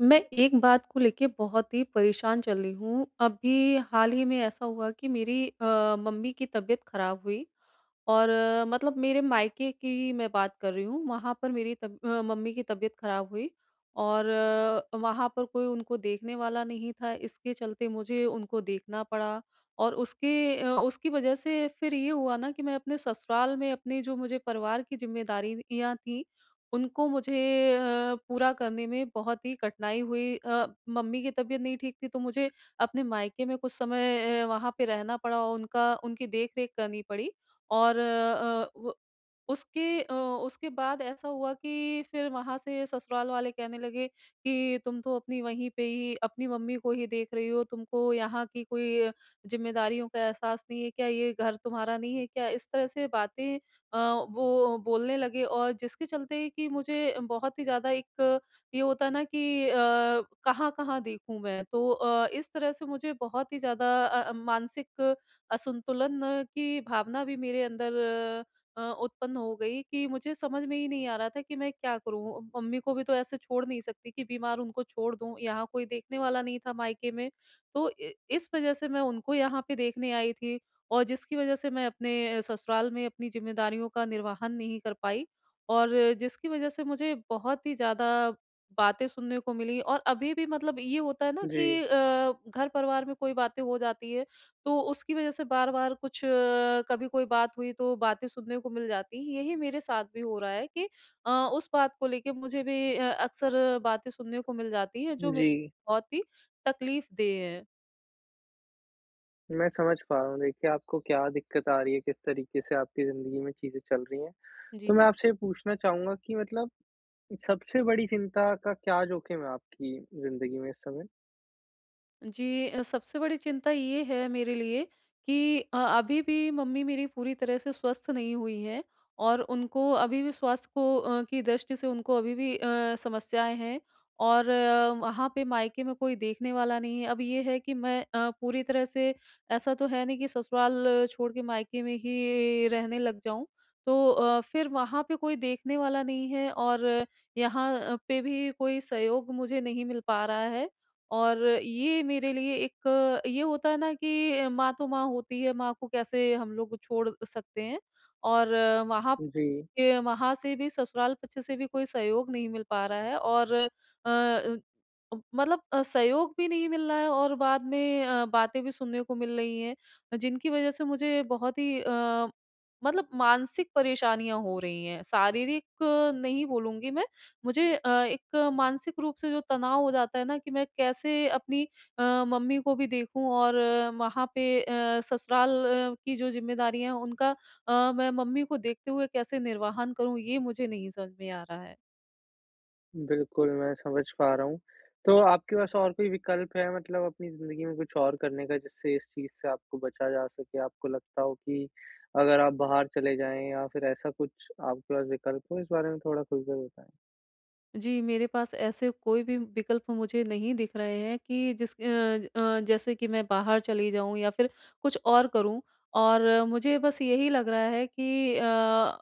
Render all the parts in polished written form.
मैं एक बात को लेके बहुत ही परेशान चल रही हूँ। अभी हाल ही में ऐसा हुआ कि मेरी मम्मी की तबीयत खराब हुई। और मतलब मेरे मायके की मैं बात कर रही हूँ, वहाँ पर मेरी मम्मी की तबीयत खराब हुई और वहाँ पर कोई उनको देखने वाला नहीं था, इसके चलते मुझे उनको देखना पड़ा और उसकी वजह से फिर ये हुआ ना कि मैं अपने ससुराल में अपने जो मुझे परिवार की ज़िम्मेदारियाँ थी, उनको मुझे अ, पूरा करने में बहुत ही कठिनाई हुई। मम्मी की तबीयत नहीं ठीक थी, तो मुझे अपने मायके में कुछ समय वहाँ पे रहना पड़ा और उनका उनकी देख-रेख करनी पड़ी। और उसके बाद ऐसा हुआ कि फिर वहाँ से ससुराल वाले कहने लगे कि तुम तो अपनी वहीं पे ही अपनी मम्मी को ही देख रही हो, तुमको यहाँ की कोई ज़िम्मेदारियों का एहसास नहीं है क्या? ये घर तुम्हारा नहीं है क्या? इस तरह से बातें अ, वो बोलने लगे और जिसके चलते कि मुझे बहुत ही ज़्यादा एक ये होता है ना कि कहाँ-कहाँ देखूँ मैं? तो इस तरह से मुझे बहुत ही ज़्यादा मानसिक असंतुलन की भावना भी मेरे अंदर उत्पन्न हो गई कि मुझे समझ में ही नहीं आ रहा था कि मैं क्या करूं। मम्मी को भी तो ऐसे छोड़ नहीं सकती कि बीमार उनको छोड़ दूं, यहाँ कोई देखने वाला नहीं था मायके में, तो इस वजह से मैं उनको यहाँ पे देखने आई थी और जिसकी वजह से मैं अपने ससुराल में अपनी जिम्मेदारियों का निर्वहन नहीं कर पाई और जिसकी वजह से मुझे बहुत ही ज्यादा बातें सुनने को मिली और अभी भी मतलब ये होता है ना जी, कि घर परिवार में कोई बातें हो जाती है, तो उसकी वजह से बार-बार कुछ कभी कोई बात हुई तो बातें सुनने को मिल जाती। यही मेरे साथ भी हो रहा है कि उस बात को लेके मुझे भी अक्सर बातें सुनने को मिल जाती हैं जो जी। मेरे बहुत ही तकलीफ़ देह हैं। मैं समझ पा रहा हूँ, देखिए आपको क्या दिक्कत आ रही है, किस तरीके से आपकी ज़िंदगी में चीज़ें चल रही हैं। जी, तो मैं जी। आपसे ये पूछना चाहूँगा कि मतलब सबसे बड़ी चिंता का क्या जोखिम है आपकी ज़िंदगी में इस समय? जी, सबसे बड़ी चिंता ये है मेरे लिए कि अभी भी मम्मी मेरी पूरी तरह से स्वस्थ नहीं हुई हैं और उनको अभी भी स्वास्थ्य की दृष्टि से उनको अभी भी समस्याएं हैं और वहाँ पे मायके में कोई देखने वाला नहीं है। अब ये है कि मैं पूरी तरह से ऐसा तो है नहीं कि छोड़ के मायके में ही रहने लग जाऊं, तो फिर वहाँ पे कोई देखने वाला नहीं है और यहाँ पे भी कोई सहयोग मुझे नहीं मिल पा रहा है और ये मेरे लिए एक ये होता है ना कि माँ तो माँ होती है, माँ को कैसे हम लोग छोड़ सकते हैं और जी, वहाँ से भी ससुराल पक्ष से भी कोई सहयोग नहीं मिल पा रहा है और अ, मतलब सहयोग भी नहीं मिल रहा है और बाद में बातें भी सुनने को मिल रही हैं जिनकी वज़ह से मुझे बहुत ही मतलब मानसिक परेशानियाँ हो रही हैं। शारीरिक नहीं बोलूँगी मैं। मुझे एक मानसिक रूप से जो तनाव हो जाता है ना कि मैं कैसे अपनी अ, मम्मी को भी देखूं और वहाँ पे ससुराल की जो जिम्मेदारियां हैं उनका मैं मम्मी को देखते हुए कैसे निर्वाहन करूं, ये मुझे नहीं समझ में आ रहा है। बिल्कुल मैं समझ पा रहा हूँ। तो आपके पास और कोई विकल्प है, मतलब अपनी ज़िंदगी में कुछ और करने का जिससे इस चीज़ से आपको बचा जा सके? आपको लगता हो कि अगर आप बाहर चले जाएँ या फिर ऐसा कुछ आपके पास विकल्प हो? इस बारे में थोड़ा खुलकर बताएँ। जी, मेरे पास ऐसे कोई भी विकल्प मुझे नहीं दिख रहे हैं कि जैसे कि मैं बाहर चली जाऊँ या फिर कुछ और करूँ, और मुझे बस यही लग रहा है कि अ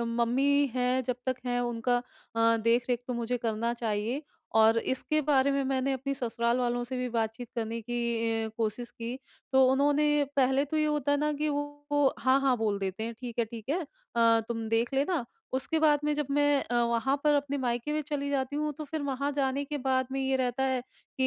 अ, मम्मी हैं जब तक हैं, उनका देख-रेख तो मुझे करना चाहिए। और इसके बारे में मैंने अपनी ससुराल वालों से भी बातचीत करने की कोशिश की, तो उन्होंने पहले तो ये होता है ना कि वो हाँ, हाँ बोल देते हैं, "ठीक है, ठीक है। तुम देख लेना।" उसके बाद में जब मैं वहाँ पर अपने मायके में चली जाती हूँ, तो फिर वहाँ जाने के बाद में ये रहता है कि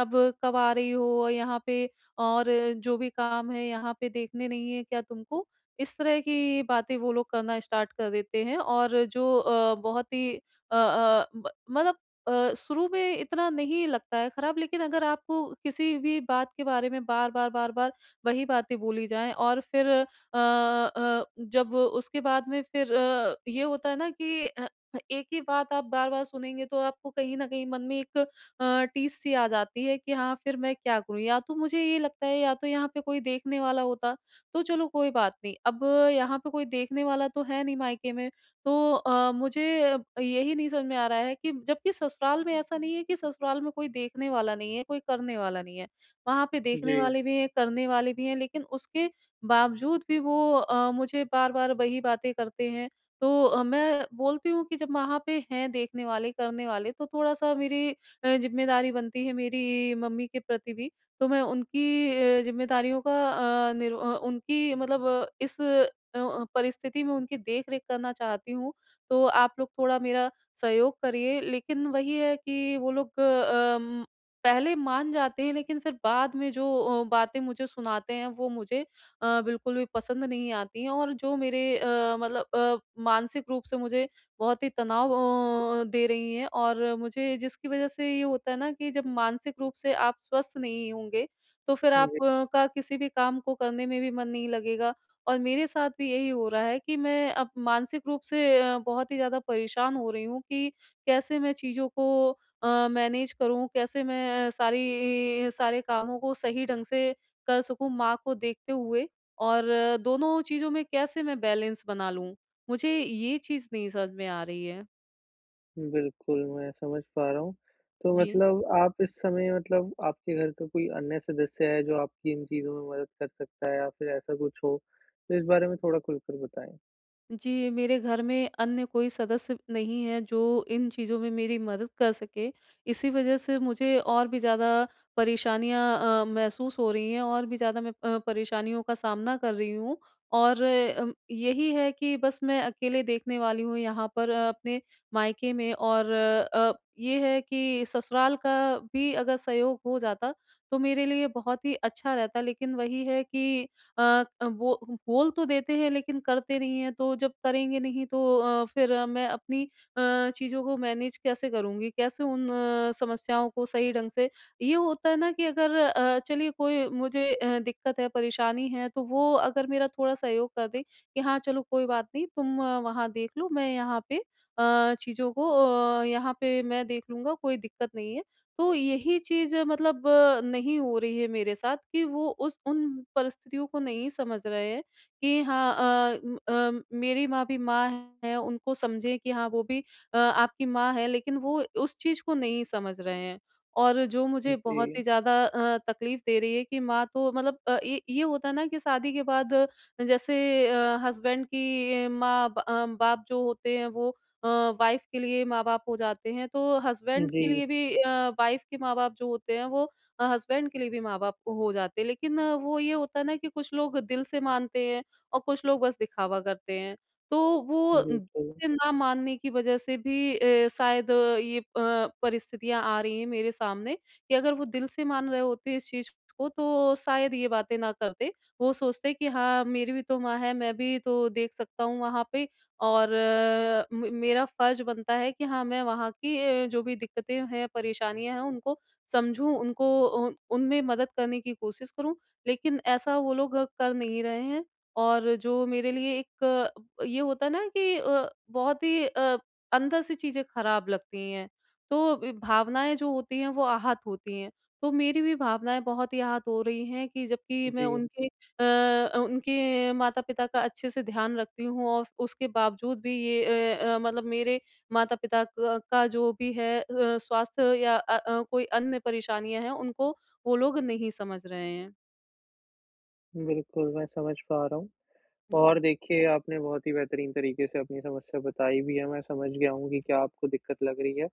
अब कब आ रही हो यहाँ पे, और जो भी काम है यहाँ पे देखने नहीं है क्या तुमको? इस तरह की बातें वो लोग करना स्टार्ट कर देते हैं और जो बहुत ही अ अ, ब मतलब शुरू में इतना नहीं लगता है खराब, लेकिन अगर आपको किसी भी बात के बारे में बार-बार, बार-बार वही बातें बोली जाएँ और फिर अ अ, जब उसके बाद में फिर ये होता है ना कि एक ही बात आप बार-बार सुनेंगे तो आपको कहीं न कहीं मन में एक टीस सी आ जाती है कि हाँ, फिर मैं क्या करूँ? या तो मुझे ये लगता है या तो यहाँ पे कोई देखने वाला होता, तो चलो कोई बात नहीं। अब यहाँ पे कोई देखने वाला तो है नहीं मायके में, तो मुझे यही नहीं समझ में आ रहा है कि जबकि ससुराल में ऐसा नहीं है कि ससुराल में कोई देखने वाला नहीं है, कोई करने वाला नहीं है। वहाँ पे जी। देखने वाले भी हैं, करने वाले भी हैं, लेकिन उसके बावजूद भी वो मुझे बार-बार वही बातें करते हैं। तो मैं बोलती हूँ कि जब वहाँ पे हैं देखने वाले, करने वाले, तो थोड़ा-सा मेरी ज़िम्मेदारी बनती है मेरी मम्मी के प्रति भी। तो मैं उनकी ज़िम्मेदारियों का उनकी मतलब इस परिस्थिति में उनकी देख-रेख करना चाहती हूँ। तो आप लोग थोड़ा मेरा सहयोग करिए। लेकिन वही है कि वो लोग पहले मान जाते हैं, लेकिन फिर बाद में जो बातें मुझे सुनाते हैं वो मुझे बिल्कुल भी पसंद नहीं आती हैं, और जो मेरे मतलब मानसिक रूप से मुझे बहुत ही तनाव दे रही हैं, और मुझे जिसकी वजह से ये होता है ना कि जब मानसिक रूप से आप स्वस्थ नहीं होंगे, तो फिर जी। आप का किसी भी काम को करने में भी मन नहीं लगेगा। और मेरे साथ भी यही हो रहा है कि मैं अब मानसिक रूप से बहुत ही ज़्यादा परेशान हो रही हूँ कि कैसे मैं चीज़ों को मैनेज करूँ, कैसे मैं सारी सारे कामों को सही ढंग से कर सकूँ माँ को देखते हुए। और दोनों चीज़ों में कैसे मैं बैलेंस बना लूँ? मुझे ये चीज़ नहीं समझ में आ रही है। बिल्कुल, मैं समझ पा रहा हूँ। तो जी। मतलब आप इस समय, मतलब आपके घर का कोई अन्य सदस्य है जो आपकी इन चीज़ों में मदद कर सकता है या फिर ऐसा कुछ हो? तो इस बारे में थोड़ा खुलकर बताएँ। जी, मेरे घर में अन्य कोई सदस्य नहीं है जो इन चीज़ों में मेरी मदद कर सके। इसी वज़ह से मुझे और भी ज़्यादा परेशानियाँ महसूस हो रही हैं, और भी ज़्यादा मैं परेशानियों का सामना कर रही हूँ। और यही है कि बस मैं अकेले देखने वाली हूँ यहाँ पर अपने मायके में, और ये है कि ससुराल का भी अगर सहयोग हो जाता तो मेरे लिए बहुत ही अच्छा रहता। लेकिन वही है कि वो बोल तो देते हैं लेकिन करते नहीं हैं, तो जब करेंगे नहीं तो फिर मैं अपनी अ, चीज़ों को मैनेज कैसे करूँगी? कैसे उन समस्याओं को सही ढंग से ये होता है ना कि अगर चलिए कोई मुझे दिक्कत है, परेशानी है, तो वो अगर मेरा थोड़ा सहयोग कर दें कि हाँ, चलो कोई बात नहीं, तुम वहाँ देख लो, मैं यहाँ पे चीज़ों को यहाँ पे मैं देख लूँगा, कोई दिक्कत नहीं है। तो यही चीज़ मतलब नहीं हो रही है मेरे साथ कि वो उस उन परिस्थितियों को नहीं समझ रहे हैं कि हाँ, मेरी माँ भी माँ है, उनको समझे कि हाँ वो भी आपकी माँ है, लेकिन वो उस चीज़ को नहीं समझ रहे हैं और जो मुझे बहुत जी। ही ज्यादा तकलीफ दे रही है कि माँ तो मतलब ये होता है ना कि शादी के बाद जैसे हस्बैंड की माँ बाप जो होते हैं वो अ, वाइफ़ के लिए माँ-बाप हो जाते हैं, तो हस्बैंड के जी, लिए भी वाइफ़ के माँ-बाप जो होते हैं वो हस्बैंड के लिए भी माँ-बाप हो जाते हैं। लेकिन वो ये होता है ना कि कुछ लोग दिल से मानते हैं और कुछ लोग बस दिखावा करते हैं। तो वो दिल बिल्कुल। से ना मानने की वज़ह से भी शायद ये परिस्थितियाँ आ रही हैं मेरे सामने कि अगर वो दिल से मान रहे होते इस चीज़ को तो शायद ये बातें ना करते। वो सोचते कि हाँ, मेरी भी तो माँ है, मैं भी तो देख सकता हूँ वहाँ पे, और अ, म मेरा फ़र्ज़ बनता है कि हाँ, मैं वहाँ की जो भी दिक्कतें हैं, परेशानियाँ हैं, उनको समझूँ, उनको उन उनमें मदद करने की कोशिश करूँ, लेकिन ऐसा वो लोग कर नहीं रहे हैं। और जो मेरे लिए एक ये होता है ना कि बहुत ही अंदर से चीज़ें खराब लगती हैं, तो ब भावनाएँ जो होती हैं, वो आहत होती हैं। तो मेरी भी भावनाएँ बहुत ही आहत हो रही हैं कि जबकि मैं जी, उनके माता-पिता का अच्छे से ध्यान रखती हूँ और उसके बावजूद भी ये मतलब मेरे माता-पिता क का जो भी है स्वास्थ्य या कोई अन्य परेशानियाँ हैं, उनको वो लोग नहीं समझ रहे हैं। बिल्कुल, मैं समझ पा रहा हूँ। जी। और देखिए, आपने बहुत ही बेहतरीन तरीके से अपनी समस्या बताई भी है, मैं समझ गया हूँ कि क्या आपको दिक्कत लग रही है।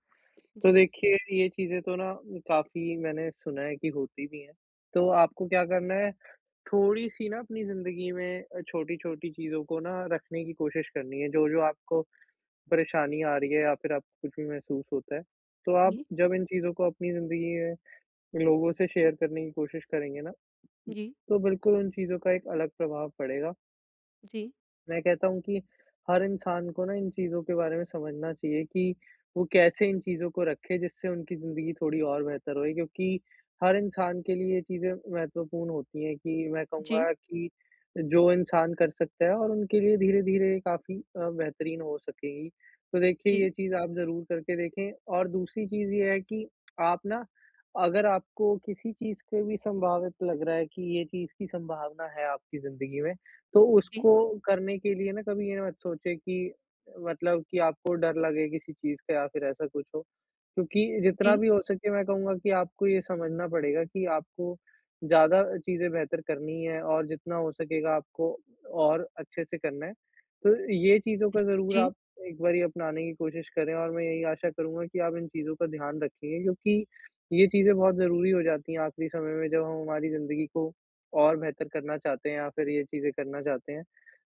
तो जी, देखिए, ये चीज़ें तो ना काफ़ी मैंने सुना है कि होती भी हैं। तो आपको क्या करना है, थोड़ी-सी ना अपनी ज़िंदगी में छोटी-छोटी चीज़ों को ना रखने की कोशिश करनी है, जो-जो आपको परेशानी आ रही है या फिर आपको कुछ भी महसूस होता है। तो आप जी, जब इन चीज़ों को अपनी ज़िंदगी में लोगों से शेयर करने की कोशिश करेंगे ना, जी, तो बिल्कुल उन चीज़ों का एक अलग प्रभाव पड़ेगा। जी, मैं कहता हूँ कि हर इंसान को ना इन चीज़ों के बारे में समझना चाहिए कि वो कैसे इन चीज़ों को रखे जिससे उनकी ज़िंदगी थोड़ी और बेहतर होए, क्योंकि हर इंसान के लिए ये चीज़ें महत्वपूर्ण होती हैं। कि मैं जी, कहूँगा कि जो इंसान कर सकता है और उनके लिए धीरे-धीरे काफ़ी बेहतरीन हो सकेगी। तो देखिए जी, ये चीज़ आप ज़रूर करके देखें, और दूसरी चीज़ ये है कि आप ना, अगर आपको किसी चीज़ के भी संभावित लग रहा है कि ये चीज़ की संभावना है आपकी ज़िंदगी में, तो जी, उसको करने के लिए ना कभी ये मत सोचे कि, मतलब कि आपको डर लगे किसी चीज़ का या फिर ऐसा कुछ हो। क्योंकि जितना जी, भी हो सके, मैं कहूँगा कि आपको ये समझना पड़ेगा कि आपको ज़्यादा चीज़ें बेहतर करनी है और जितना हो सकेगा आपको और अच्छे से करना है। तो ये चीज़ों का ज़रूर जी, आप एक बारी अपनाने की कोशिश करें और मैं यही आशा करूँगा कि आप इन चीज़ों का ध्यान रखेंगे, क्योंकि ये चीज़ें बहुत ज़रूरी हो जाती हैं आखिरी समय में, जब हम हमारी ज़िंदगी को और बेहतर करना चाहते हैं या फिर ये चीज़ें करना चाहते हैं।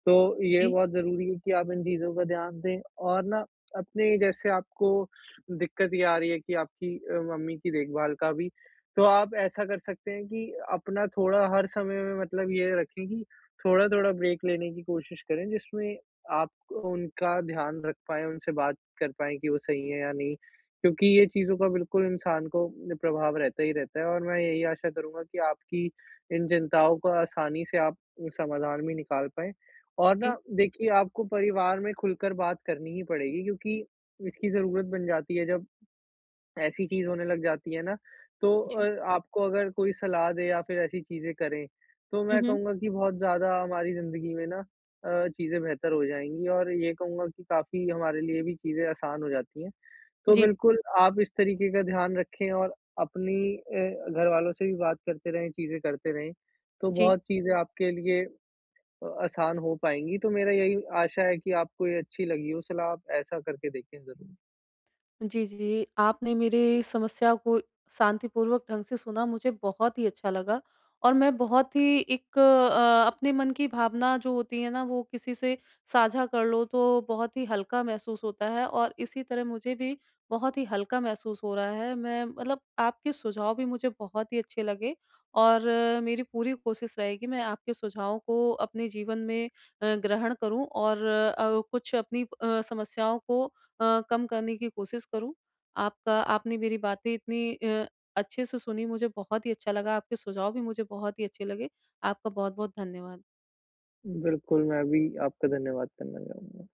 तो ये जी, बहुत ज़रूरी है कि आप इन चीज़ों का ध्यान दें, और ना, अपने जैसे आपको दिक्कत ये आ रही है कि आपकी मम्मी की देखभाल का भी, तो आप ऐसा कर सकते हैं कि अपना थोड़ा हर समय में, मतलब ये रखें कि थोड़ा-थोड़ा ब्रेक लेने की कोशिश करें, जिसमें आप उनका ध्यान रख पाएँ, उनसे बात कर पाएँ कि वो सही है या नहीं। क्योंकि ये चीज़ों का बिल्कुल इंसान को प्रभाव रहता ही रहता है, और मैं यही आशा करूँगा कि आपकी इन चिंताओं को आसानी से आप समाधान भी निकाल पाएँ। और ना जी, देखिए, आपको परिवार में खुलकर बात करनी ही पड़ेगी, क्योंकि इसकी ज़रूरत बन जाती है जब ऐसी चीज़ होने लग जाती है ना, तो जी। आपको अगर कोई सलाह दे या फिर ऐसी चीज़ें करें, तो हुँ, मैं हुँ। कहूँगा कि बहुत ज़्यादा हमारी ज़िंदगी में ना चीज़ें बेहतर हो जाएँगी, और ये कहूँगा कि काफ़ी हमारे लिए भी चीज़ें आसान हो जाती हैं। तो जी, बिल्कुल आप इस तरीके का ध्यान रखें, और अपनी घरवालों से भी बात करते रहें, चीज़ें करते रहें, तो जी। बहुत चीज़ें आपके लिए आसान हो पाएँगी। तो मेरा यही आशा है कि आपको ये अच्छी लगी हो सलाह, आप ऐसा करके देखें ज़रूर। जी, जी। आपने मेरी समस्या को शांतिपूर्वक ढंग से सुना, मुझे बहुत ही अच्छा लगा और मैं बहुत ही एक अपने मन की भावना जो होती है ना, वो किसी से साझा कर लो तो बहुत ही हल्का महसूस होता है, और इसी तरह मुझे भी बहुत ही हल्का महसूस हो रहा है। मैं मतलब आपके सुझाव भी मुझे बहुत ही अच्छे लगे, और मेरी पूरी कोशिश रहेगी मैं आपके सुझावों को अपने जीवन में ग्रहण करूँ और कुछ अपनी समस्याओं को कम करने की कोशिश करूँ। आपका, आपने मेरी बातें इतनी अच्छे से सुनी, मुझे बहुत ही अच्छा लगा, आपके सुझाव भी मुझे बहुत ही अच्छे लगे। आपका बहुत-बहुत धन्यवाद। बिल्कुल, मैं भी आपका धन्यवाद करना चाहूँगा।